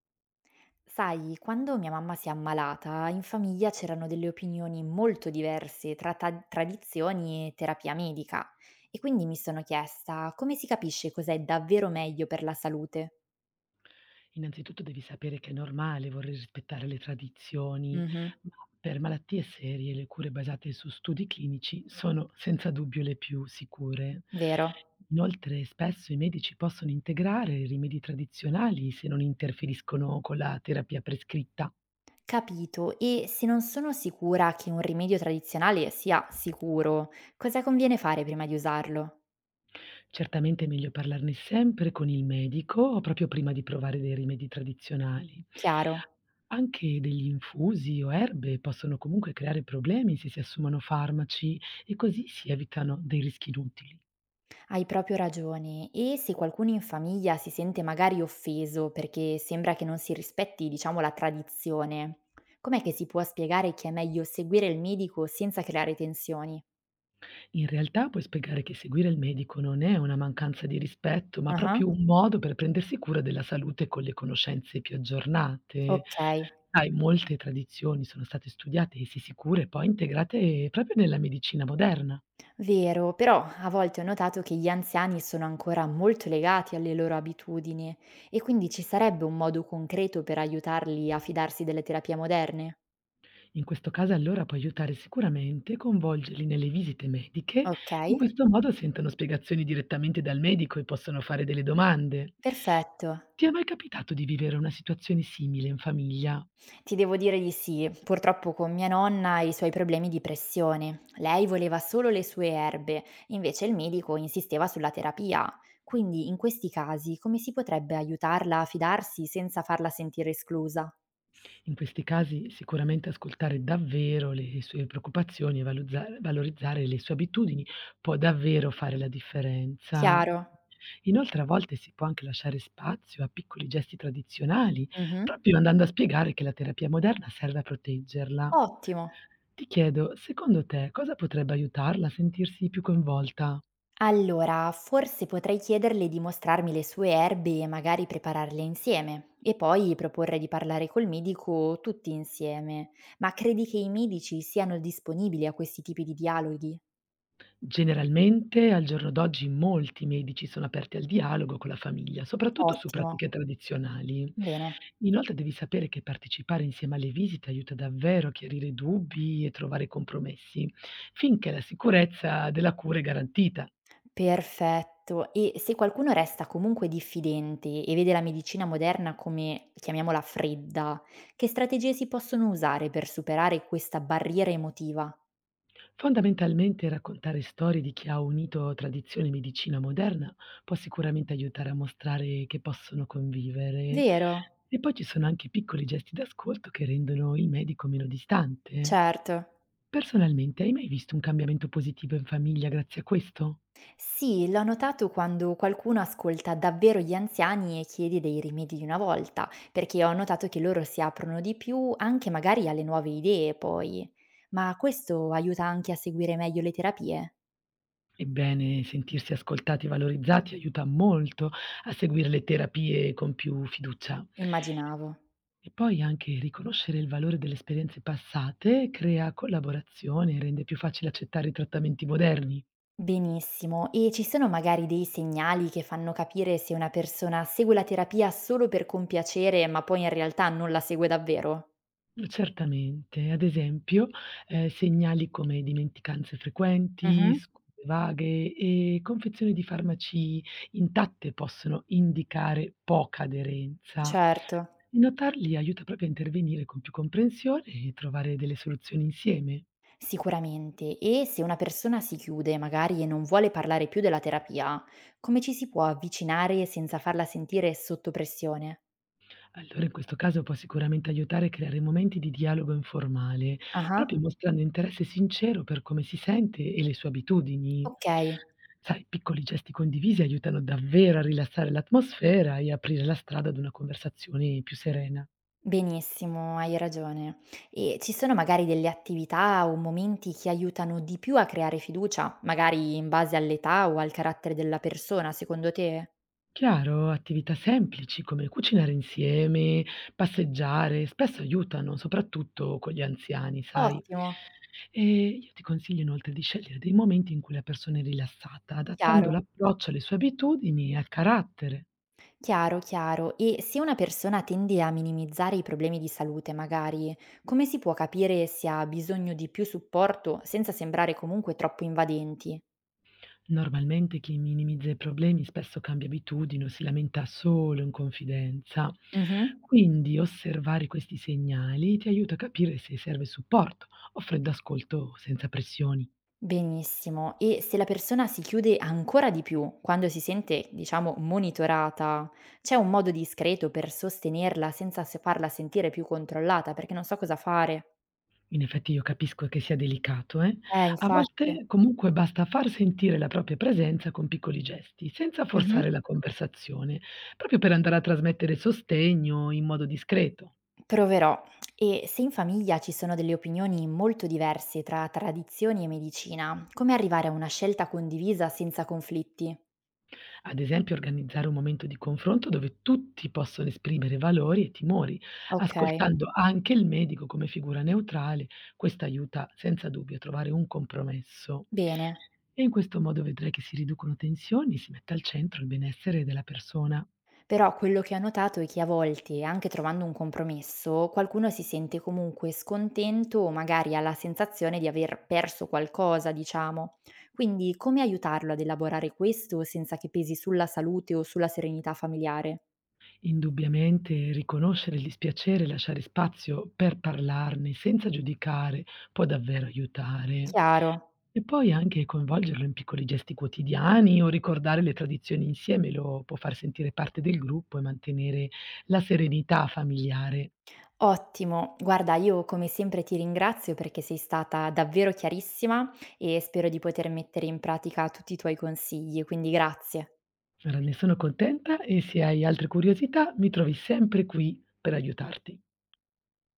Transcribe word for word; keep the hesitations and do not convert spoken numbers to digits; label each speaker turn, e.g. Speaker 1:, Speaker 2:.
Speaker 1: Sai, quando mia mamma si è ammalata, in famiglia c'erano delle opinioni molto diverse tra ta- tradizioni e terapia medica e quindi mi sono chiesta come si capisce cos'è davvero meglio per la salute.
Speaker 2: Innanzitutto devi sapere che è normale voler rispettare le tradizioni,
Speaker 1: Mhm,
Speaker 2: ma per malattie serie le cure basate su studi clinici sono senza dubbio le più sicure.
Speaker 1: vero.
Speaker 2: Inoltre spesso i medici possono integrare rimedi tradizionali se non interferiscono con la terapia prescritta.
Speaker 1: Capito, e se non sono sicura che un rimedio tradizionale sia sicuro, cosa conviene fare prima di usarlo?
Speaker 2: Certamente è meglio parlarne sempre con il medico o proprio prima di provare dei rimedi tradizionali.
Speaker 1: Chiaro.
Speaker 2: Anche degli infusi o erbe possono comunque creare problemi se si assumono farmaci e così si evitano dei rischi inutili.
Speaker 1: Hai proprio ragione e se qualcuno in famiglia si sente magari offeso perché sembra che non si rispetti, diciamo, la tradizione, com'è che si può spiegare che è meglio seguire il medico senza creare tensioni?
Speaker 2: In realtà puoi spiegare che seguire il medico non è una mancanza di rispetto, ma
Speaker 1: Ah-ah,
Speaker 2: proprio un modo per prendersi cura della salute con le conoscenze più aggiornate.
Speaker 1: ok.
Speaker 2: Sai, molte tradizioni sono state studiate e si sicure poi integrate proprio nella medicina moderna.
Speaker 1: Vero, però a volte ho notato che gli anziani sono ancora molto legati alle loro abitudini e quindi ci sarebbe un modo concreto per aiutarli a fidarsi delle terapie moderne?
Speaker 2: In questo caso allora può aiutare sicuramente coinvolgerli nelle visite mediche,
Speaker 1: Ok,
Speaker 2: in questo modo sentono spiegazioni direttamente dal medico e possono fare delle domande.
Speaker 1: perfetto.
Speaker 2: Ti è mai capitato di vivere una situazione simile in famiglia?
Speaker 1: Ti devo dire di sì. Purtroppo con mia nonna e i suoi problemi di pressione. Lei voleva solo le sue erbe, invece il medico insisteva sulla terapia. Quindi in questi casi come si potrebbe aiutarla a fidarsi senza farla sentire esclusa?
Speaker 2: In questi casi sicuramente ascoltare davvero le sue preoccupazioni e valuzza valorizzare le sue abitudini può davvero fare la differenza.
Speaker 1: Chiaro?
Speaker 2: Inoltre a volte si può anche lasciare spazio a piccoli gesti tradizionali,
Speaker 1: Mhm.
Speaker 2: proprio andando a spiegare che la terapia moderna serve a proteggerla.
Speaker 1: Ottimo.
Speaker 2: Ti chiedo, secondo te cosa potrebbe aiutarla a sentirsi più coinvolta?
Speaker 1: Allora, forse potrei chiederle di mostrarmi le sue erbe e magari prepararle insieme e poi proporre di parlare col medico tutti insieme. Ma credi che i medici siano disponibili a questi tipi di dialoghi?
Speaker 2: Generalmente al giorno d'oggi molti medici sono aperti al dialogo con la famiglia, soprattutto su
Speaker 1: Ottimo,
Speaker 2: pratiche tradizionali.
Speaker 1: bene,
Speaker 2: Inoltre devi sapere che partecipare insieme alle visite aiuta davvero a chiarire dubbi e trovare compromessi, finché la sicurezza della cura è garantita.
Speaker 1: perfetto. E se qualcuno resta comunque diffidente e vede la medicina moderna come, chiamiamola, fredda, che strategie si possono usare per superare questa barriera emotiva?
Speaker 2: Fondamentalmente raccontare storie di chi ha unito tradizione e medicina moderna può sicuramente aiutare a mostrare che possono convivere.
Speaker 1: Vero,
Speaker 2: E poi ci sono anche piccoli gesti d'ascolto che rendono il medico meno distante.
Speaker 1: certo.
Speaker 2: Personalmente, hai mai visto un cambiamento positivo in famiglia grazie a questo?
Speaker 1: Sì, l'ho notato quando qualcuno ascolta davvero gli anziani e chiede dei rimedi di una volta, perché ho notato che loro si aprono di più anche magari alle nuove idee poi. Ma questo aiuta anche a seguire meglio le terapie?
Speaker 2: Ebbene, sentirsi ascoltati e valorizzati aiuta molto a seguire le terapie con più fiducia.
Speaker 1: Immaginavo.
Speaker 2: E poi anche riconoscere il valore delle esperienze passate crea collaborazione e rende più facile accettare i trattamenti moderni.
Speaker 1: Benissimo. E ci sono magari dei segnali che fanno capire se una persona segue la terapia solo per compiacere, ma poi in realtà non la segue davvero?
Speaker 2: Mh, certamente. Ad esempio, ehm, segnali come dimenticanze frequenti,
Speaker 1: Mhm.
Speaker 2: scuse vaghe e confezioni di farmaci intatte possono indicare poca aderenza.
Speaker 1: Certo.
Speaker 2: Notarli aiuta proprio a intervenire con più comprensione e trovare delle soluzioni insieme.
Speaker 1: Sicuramente. E se una persona si chiude, magari, e non vuole parlare più della terapia, come ci si può avvicinare senza farla sentire sotto pressione?
Speaker 2: Allora in questo caso può sicuramente aiutare a creare momenti di dialogo informale,
Speaker 1: Aha.
Speaker 2: proprio mostrando interesse sincero per come si sente e le sue abitudini.
Speaker 1: Ok.
Speaker 2: Sai, piccoli gesti condivisi aiutano davvero a rilassare l'atmosfera e aprire la strada ad una conversazione più serena.
Speaker 1: Benissimo, hai ragione. E ci sono magari delle attività o momenti che aiutano di più a creare fiducia, magari in base all'età o al carattere della persona, secondo te?
Speaker 2: Chiaro, attività semplici come cucinare insieme, passeggiare, spesso aiutano, soprattutto con gli anziani, sai.
Speaker 1: Ottimo,
Speaker 2: Ehm, io ti consiglio inoltre di scegliere dei momenti in cui la persona è rilassata, adattando
Speaker 1: chiaro,
Speaker 2: l'approccio alle sue abitudini e al carattere.
Speaker 1: chiaro, chiaro. E se una persona tende a minimizzare i problemi di salute, magari, come si può capire se ha bisogno di più supporto senza sembrare comunque troppo invadenti?
Speaker 2: Normalmente chi minimizza i problemi spesso cambia abitudini o si lamenta solo in confidenza.
Speaker 1: Mhm.
Speaker 2: Quindi osservare questi segnali ti aiuta a capire se serve supporto, offrendo ascolto senza pressioni.
Speaker 1: Benissimo. E se la persona si chiude ancora di più quando si sente, diciamo, monitorata, c'è un modo discreto per sostenerla senza se- farla sentire più controllata? Perché non so cosa fare.
Speaker 2: In effetti io capisco che sia delicato, eh.
Speaker 1: Eh,
Speaker 2: A
Speaker 1: infatti.
Speaker 2: volte comunque basta far sentire la propria presenza con piccoli gesti, senza
Speaker 1: Mhm.
Speaker 2: forzare la conversazione, proprio per andare a trasmettere sostegno in modo discreto.
Speaker 1: Proverò. E se in famiglia ci sono delle opinioni molto diverse tra tradizioni e medicina, come arrivare a una scelta condivisa senza conflitti?
Speaker 2: Ad esempio organizzare un momento di confronto dove tutti possono esprimere valori e timori,
Speaker 1: Ok,
Speaker 2: ascoltando anche il medico come figura neutrale, questo aiuta senza dubbio a trovare un compromesso.
Speaker 1: bene.
Speaker 2: E in questo modo vedrai che si riducono tensioni, si mette al centro il benessere della persona.
Speaker 1: Però quello che ho notato è che a volte, anche trovando un compromesso, qualcuno si sente comunque scontento o magari ha la sensazione di aver perso qualcosa, diciamo. Quindi come aiutarlo ad elaborare questo senza che pesi sulla salute o sulla serenità familiare?
Speaker 2: Indubbiamente riconoscere il dispiacere e lasciare spazio per parlarne senza giudicare può davvero aiutare.
Speaker 1: Chiaro.
Speaker 2: E poi anche coinvolgerlo in piccoli gesti quotidiani o ricordare le tradizioni insieme lo può far sentire parte del gruppo e mantenere la serenità familiare.
Speaker 1: Ottimo, guarda, io come sempre ti ringrazio perché sei stata davvero chiarissima e spero di poter mettere in pratica tutti i tuoi consigli, quindi grazie.
Speaker 2: Ora ne sono contenta e se hai altre curiosità mi trovi sempre qui per aiutarti.